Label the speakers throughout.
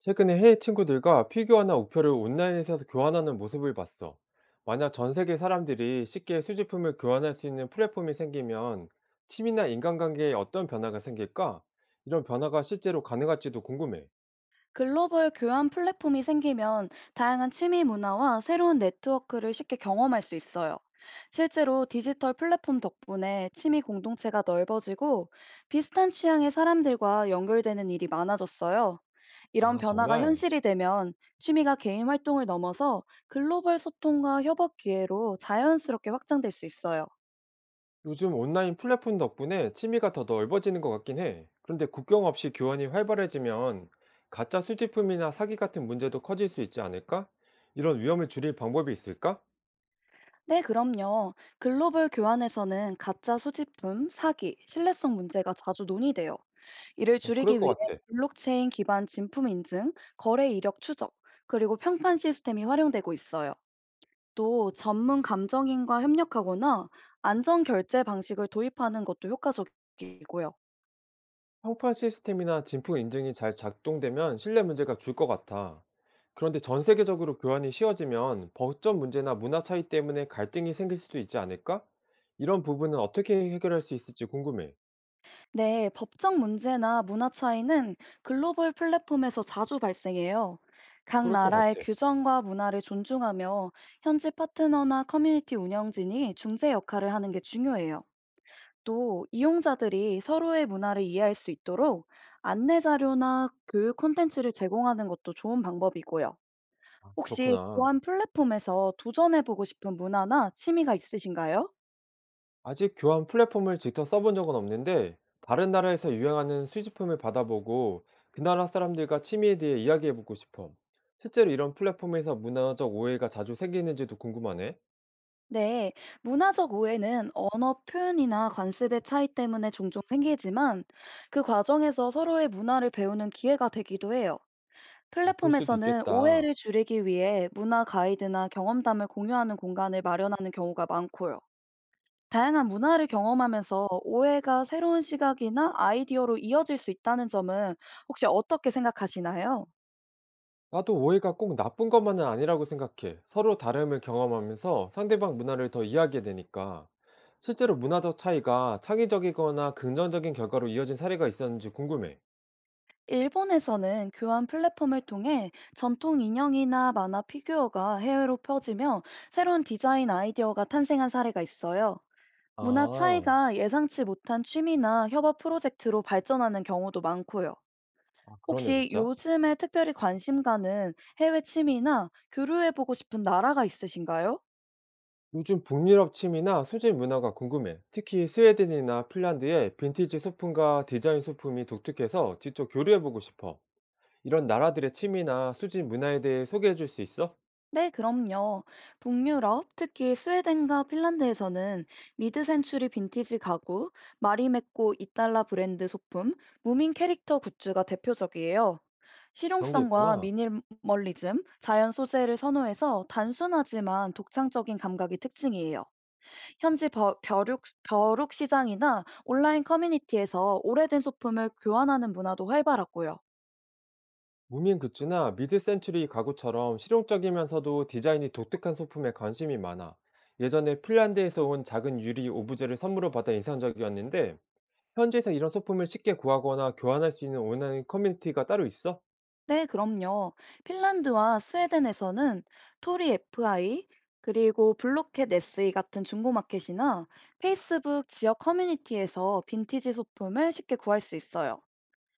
Speaker 1: 최근에 해외 친구들과 피규어나 우표를 온라인에서 교환하는 모습을 봤어. 만약 전 세계 사람들이 쉽게 수집품을 교환할 수 있는 플랫폼이 생기면 취미나 인간관계에 어떤 변화가 생길까? 이런 변화가 실제로 가능할지도 궁금해.
Speaker 2: 글로벌 교환 플랫폼이 생기면 다양한 취미 문화와 새로운 네트워크를 쉽게 경험할 수 있어요. 실제로 디지털 플랫폼 덕분에 취미 공동체가 넓어지고 비슷한 취향의 사람들과 연결되는 일이 많아졌어요. 이런
Speaker 1: 아,
Speaker 2: 변화가
Speaker 1: 정말?
Speaker 2: 현실이 되면 취미가 개인 활동을 넘어서 글로벌 소통과 협업 기회로 자연스럽게 확장될 수 있어요.
Speaker 1: 요즘 온라인 플랫폼 덕분에 취미가 더 넓어지는 것 같긴 해. 그런데 국경 없이 교환이 활발해지면 가짜 수집품이나 사기 같은 문제도 커질 수 있지 않을까? 이런 위험을 줄일 방법이 있을까?
Speaker 2: 네, 그럼요. 글로벌 교환에서는 가짜 수집품, 사기, 신뢰성 문제가 자주 논의돼요. 이를
Speaker 1: 어, 그럴
Speaker 2: 줄이기
Speaker 1: 것
Speaker 2: 위해
Speaker 1: 같아.
Speaker 2: 블록체인 기반 진품 인증, 거래 이력 추적, 그리고 평판 시스템이 활용되고 있어요. 또 전문 감정인과 협력하거나 안전 결제 방식을 도입하는 것도 효과적이고요.
Speaker 1: 평판 시스템이나 진품 인증이 잘 작동되면 신뢰 문제가 줄 것 같아. 그런데 전 세계적으로 교환이 쉬워지면 법적 문제나 문화 차이 때문에 갈등이 생길 수도 있지 않을까? 이런 부분은 어떻게 해결할 수 있을지 궁금해.
Speaker 2: 네, 법적 문제나 문화 차이는 글로벌 플랫폼에서 자주 발생해요. 각
Speaker 1: 그럴 것
Speaker 2: 나라의
Speaker 1: 같아.
Speaker 2: 규정과 문화를 존중하며 현지 파트너나 커뮤니티 운영진이 중재 역할을 하는 게 중요해요. 또 이용자들이 서로의 문화를 이해할 수 있도록 안내 자료나 교육 콘텐츠를 제공하는 것도 좋은 방법이고요. 혹시
Speaker 1: 그렇구나.
Speaker 2: 보안 플랫폼에서 도전해보고 싶은 문화나 취미가 있으신가요?
Speaker 1: 아직 교환 플랫폼을 직접 써본 적은 없는데 다른 나라에서 유행하는 수집품을 받아보고 그 나라 사람들과 취미에 대해 이야기해보고 싶어. 실제로 이런 플랫폼에서 문화적 오해가 자주 생기는지도 궁금하네.
Speaker 2: 네, 문화적 오해는 언어 표현이나 관습의 차이 때문에 종종 생기지만 그 과정에서 서로의 문화를 배우는 기회가 되기도 해요.
Speaker 1: 아, 그럴 수도
Speaker 2: 플랫폼에서는
Speaker 1: 있겠다.
Speaker 2: 오해를 줄이기 위해 문화 가이드나 경험담을 공유하는 공간을 마련하는 경우가 많고요. 다양한 문화를 경험하면서 오해가 새로운 시각이나 아이디어로 이어질 수 있다는 점은 혹시 어떻게 생각하시나요?
Speaker 1: 나도 오해가 꼭 나쁜 것만은 아니라고 생각해. 서로 다름을 경험하면서 상대방 문화를 더 이해하게 되니까. 실제로 문화적 차이가 창의적이거나 긍정적인 결과로 이어진 사례가 있었는지 궁금해.
Speaker 2: 일본에서는 교환 플랫폼을 통해 전통 인형이나 만화 피규어가 해외로 퍼지며 새로운 디자인 아이디어가 탄생한 사례가 있어요. 문화
Speaker 1: 아,
Speaker 2: 차이가 예상치 못한 취미나 협업 프로젝트로 발전하는 경우도 많고요.
Speaker 1: 아 그러네,
Speaker 2: 혹시
Speaker 1: 진짜.
Speaker 2: 요즘에 특별히 관심 가는 해외 취미나 교류해보고 싶은 나라가 있으신가요?
Speaker 1: 요즘 북유럽 취미나 수질 문화가 궁금해. 특히 스웨덴이나 핀란드의 빈티지 소품과 디자인 소품이 독특해서 직접 교류해보고 싶어. 이런 나라들의 취미나 수질 문화에 대해 소개해줄 수 있어?
Speaker 2: 네, 그럼요. 북유럽, 특히 스웨덴과 핀란드에서는 미드센추리 빈티지 가구, 마리메꼬 이탈라 브랜드 소품, 무민 캐릭터 굿즈가 대표적이에요.
Speaker 1: 그런 게
Speaker 2: 실용성과
Speaker 1: 있구나.
Speaker 2: 미니멀리즘, 자연 소재를 선호해서 단순하지만 독창적인 감각이 특징이에요. 현지 벼룩 시장이나 온라인 커뮤니티에서 오래된 소품을 교환하는 문화도 활발하고요.
Speaker 1: 무민 굿즈나 미드센추리 가구처럼 실용적이면서도 디자인이 독특한 소품에 관심이 많아. 예전에 핀란드에서 온 작은 유리 오브제를 선물로 받아 인상적이었는데, 현지에서 이런 소품을 쉽게 구하거나 교환할 수 있는 온라인 커뮤니티가 따로 있어?
Speaker 2: 네, 그럼요. 핀란드와 스웨덴에서는 토리 FI, 그리고 블로켓 SE 같은 중고마켓이나 페이스북 지역 커뮤니티에서 빈티지 소품을 쉽게 구할 수 있어요.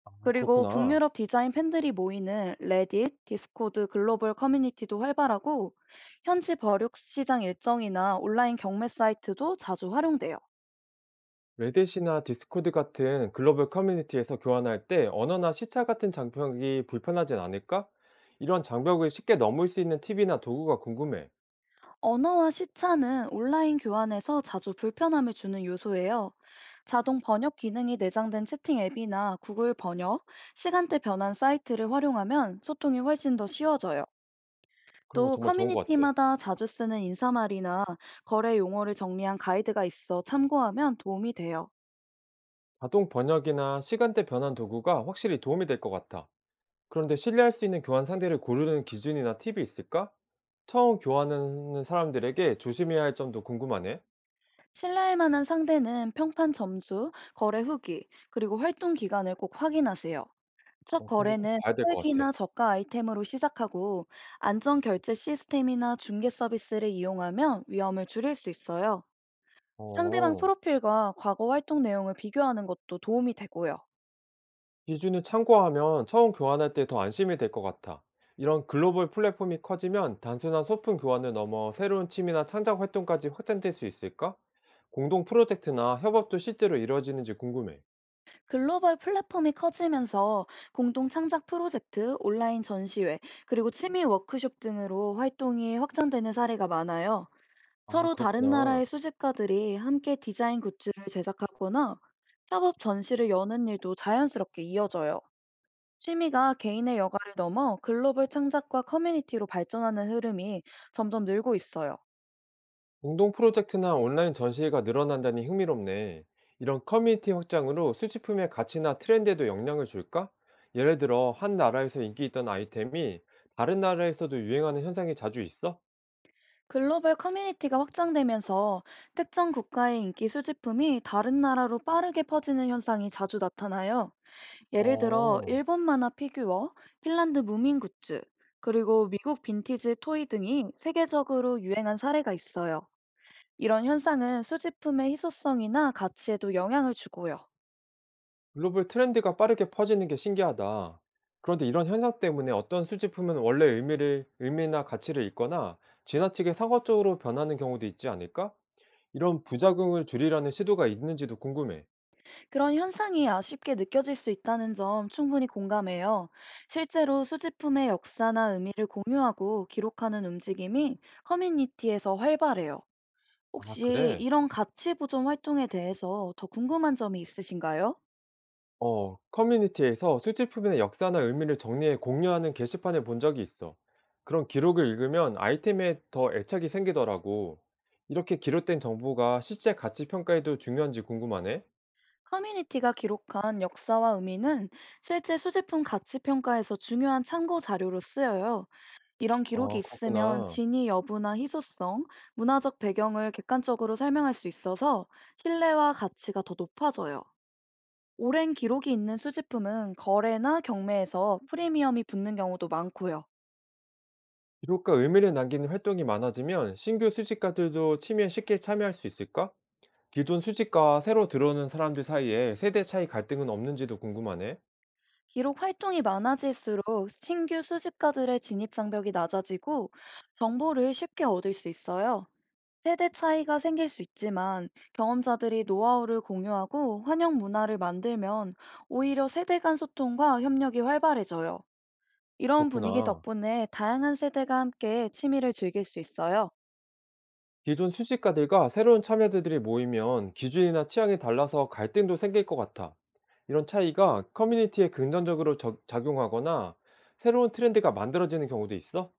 Speaker 1: 아,
Speaker 2: 그리고
Speaker 1: 그렇구나.
Speaker 2: 북유럽 디자인 팬들이 모이는 레딧, 디스코드 글로벌 커뮤니티도 활발하고 현지 버육 시장 일정이나 온라인 경매 사이트도 자주 활용돼요.
Speaker 1: 레딧이나 디스코드 같은 글로벌 커뮤니티에서 교환할 때 언어나 시차 같은 장벽이 불편하진 않을까? 이런 장벽을 쉽게 넘을 수 있는 팁이나 도구가 궁금해.
Speaker 2: 언어와 시차는 온라인 교환에서 자주 불편함을 주는 요소예요. 자동 번역 기능이 내장된 채팅 앱이나 구글 번역, 시간대 변환 사이트를 활용하면 소통이 훨씬 더 쉬워져요.
Speaker 1: 그런 거
Speaker 2: 또
Speaker 1: 정말 좋은 것 같아.
Speaker 2: 커뮤니티마다 자주 쓰는 인사말이나 거래 용어를 정리한 가이드가 있어 참고하면 도움이 돼요.
Speaker 1: 자동 번역이나 시간대 변환 도구가 확실히 도움이 될 것 같아. 그런데 신뢰할 수 있는 교환 상대를 고르는 기준이나 팁이 있을까? 처음 교환하는 사람들에게 조심해야 할 점도 궁금하네.
Speaker 2: 신뢰할 만한 상대는 평판 점수, 거래 후기, 그리고 활동 기간을 꼭 확인하세요. 첫
Speaker 1: 어, 그런 거 꼭
Speaker 2: 거래는
Speaker 1: 봐야 될
Speaker 2: 혜
Speaker 1: 것
Speaker 2: 액이
Speaker 1: 같아.
Speaker 2: 나 저가 아이템으로 시작하고 안전 결제 시스템이나 중개 서비스를 이용하면 위험을 줄일 수 있어요. 상대방
Speaker 1: 어,
Speaker 2: 프로필과 과거 활동 내용을 비교하는 것도 도움이 되고요.
Speaker 1: 기준을 참고하면 처음 교환할 때 더 안심이 될 것 같아. 이런 글로벌 플랫폼이 커지면 단순한 소품 교환을 넘어 새로운 취미나 창작 활동까지 확장될 수 있을까? 공동 프로젝트나 협업도 실제로 이루어지는지 궁금해.
Speaker 2: 글로벌 플랫폼이 커지면서 공동 창작 프로젝트, 온라인 전시회, 그리고 취미 워크숍 등으로 활동이 확장되는 사례가 많아요.
Speaker 1: 아,
Speaker 2: 서로 다른
Speaker 1: 그렇구나.
Speaker 2: 나라의 수집가들이 함께 디자인 굿즈를 제작하거나 협업 전시를 여는 일도 자연스럽게 이어져요. 취미가 개인의 여가를 넘어 글로벌 창작과 커뮤니티로 발전하는 흐름이 점점 늘고 있어요.
Speaker 1: 공동 프로젝트나 온라인 전시회가 늘어난다니 흥미롭네. 이런 커뮤니티 확장으로 수집품의 가치나 트렌드에도 영향을 줄까? 예를 들어, 한 나라에서 인기 있던 아이템이 다른 나라에서도 유행하는 현상이 자주 있어?
Speaker 2: 글로벌 커뮤니티가 확장되면서 특정 국가의 인기 수집품이 다른 나라로 빠르게 퍼지는 현상이 자주 나타나요. 예를 들어
Speaker 1: 어,
Speaker 2: 일본 만화 피규어, 핀란드 무민 굿즈, 그리고 미국 빈티지 토이 등이 세계적으로 유행한 사례가 있어요. 이런 현상은 수집품의 희소성이나 가치에도 영향을 주고요.
Speaker 1: 글로벌 트렌드가 빠르게 퍼지는 게 신기하다. 그런데 이런 현상 때문에 어떤 수집품은 의미나 가치를 잃거나 지나치게 상업적으로 변하는 경우도 있지 않을까? 이런 부작용을 줄이려는 시도가 있는지도 궁금해.
Speaker 2: 그런 현상이 아쉽게 느껴질 수 있다는 점 충분히 공감해요. 실제로 수집품의 역사나 의미를 공유하고 기록하는 움직임이 커뮤니티에서 활발해요.
Speaker 1: 아,
Speaker 2: 혹시
Speaker 1: 그래?
Speaker 2: 이런 가치 보존 활동에 대해서 더 궁금한 점이 있으신가요?
Speaker 1: 어, 커뮤니티에서 수집품의 역사나 의미를 정리해 공유하는 게시판을 본 적이 있어. 그런 기록을 읽으면 아이템에 더 애착이 생기더라고. 이렇게 기록된 정보가 실제 가치 평가에도 중요한지 궁금하네.
Speaker 2: 커뮤니티가 기록한 역사와 의미는 실제 수집품 가치 평가에서 중요한 참고 자료로 쓰여요. 이런 기록이
Speaker 1: 아,
Speaker 2: 있으면
Speaker 1: 그렇구나.
Speaker 2: 진위 여부나 희소성, 문화적 배경을 객관적으로 설명할 수 있어서 신뢰와 가치가 더 높아져요. 오랜 기록이 있는 수집품은 거래나 경매에서 프리미엄이 붙는 경우도 많고요.
Speaker 1: 기록과 의미를 남기는 활동이 많아지면 신규 수집가들도 취미에 쉽게 참여할 수 있을까? 기존 수집가와 새로 들어오는 사람들 사이에 세대 차이 갈등은 없는지도 궁금하네.
Speaker 2: 기록 활동이 많아질수록 신규 수집가들의 진입 장벽이 낮아지고 정보를 쉽게 얻을 수 있어요. 세대 차이가 생길 수 있지만 경험자들이 노하우를 공유하고 환영 문화를 만들면 오히려 세대 간 소통과 협력이 활발해져요. 이런 분위기
Speaker 1: 그렇구나.
Speaker 2: 덕분에 다양한 세대가 함께 취미를 즐길 수 있어요.
Speaker 1: 기존 수집가들과 새로운 참여자들이 모이면 기준이나 취향이 달라서 갈등도 생길 것 같아. 이런 차이가 커뮤니티에 긍정적으로 작용하거나 새로운 트렌드가 만들어지는 경우도 있어?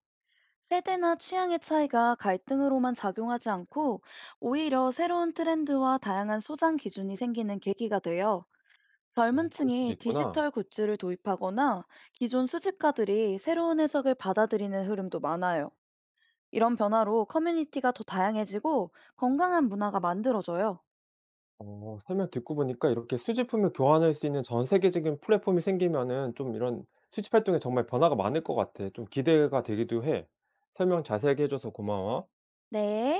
Speaker 2: 세대나 취향의 차이가 갈등으로만 작용하지 않고 오히려 새로운 트렌드와 다양한 소장 기준이 생기는 계기가 돼요.
Speaker 1: 어,
Speaker 2: 젊은
Speaker 1: 그럴 수도
Speaker 2: 층이
Speaker 1: 있구나.
Speaker 2: 디지털 굿즈를 도입하거나 기존 수집가들이 새로운 해석을 받아들이는 흐름도 많아요. 이런 변화로 커뮤니티가 더 다양해지고 건강한 문화가 만들어져요.
Speaker 1: 어, 설명 듣고 보니까 이렇게 수집품을 교환할 수 있는 전 세계적인 플랫폼이 생기면은 좀 이런 수집 활동에 정말 변화가 많을 것 같아. 좀 기대가 되기도 해. 설명 자세하게 해줘서 고마워.
Speaker 2: 네.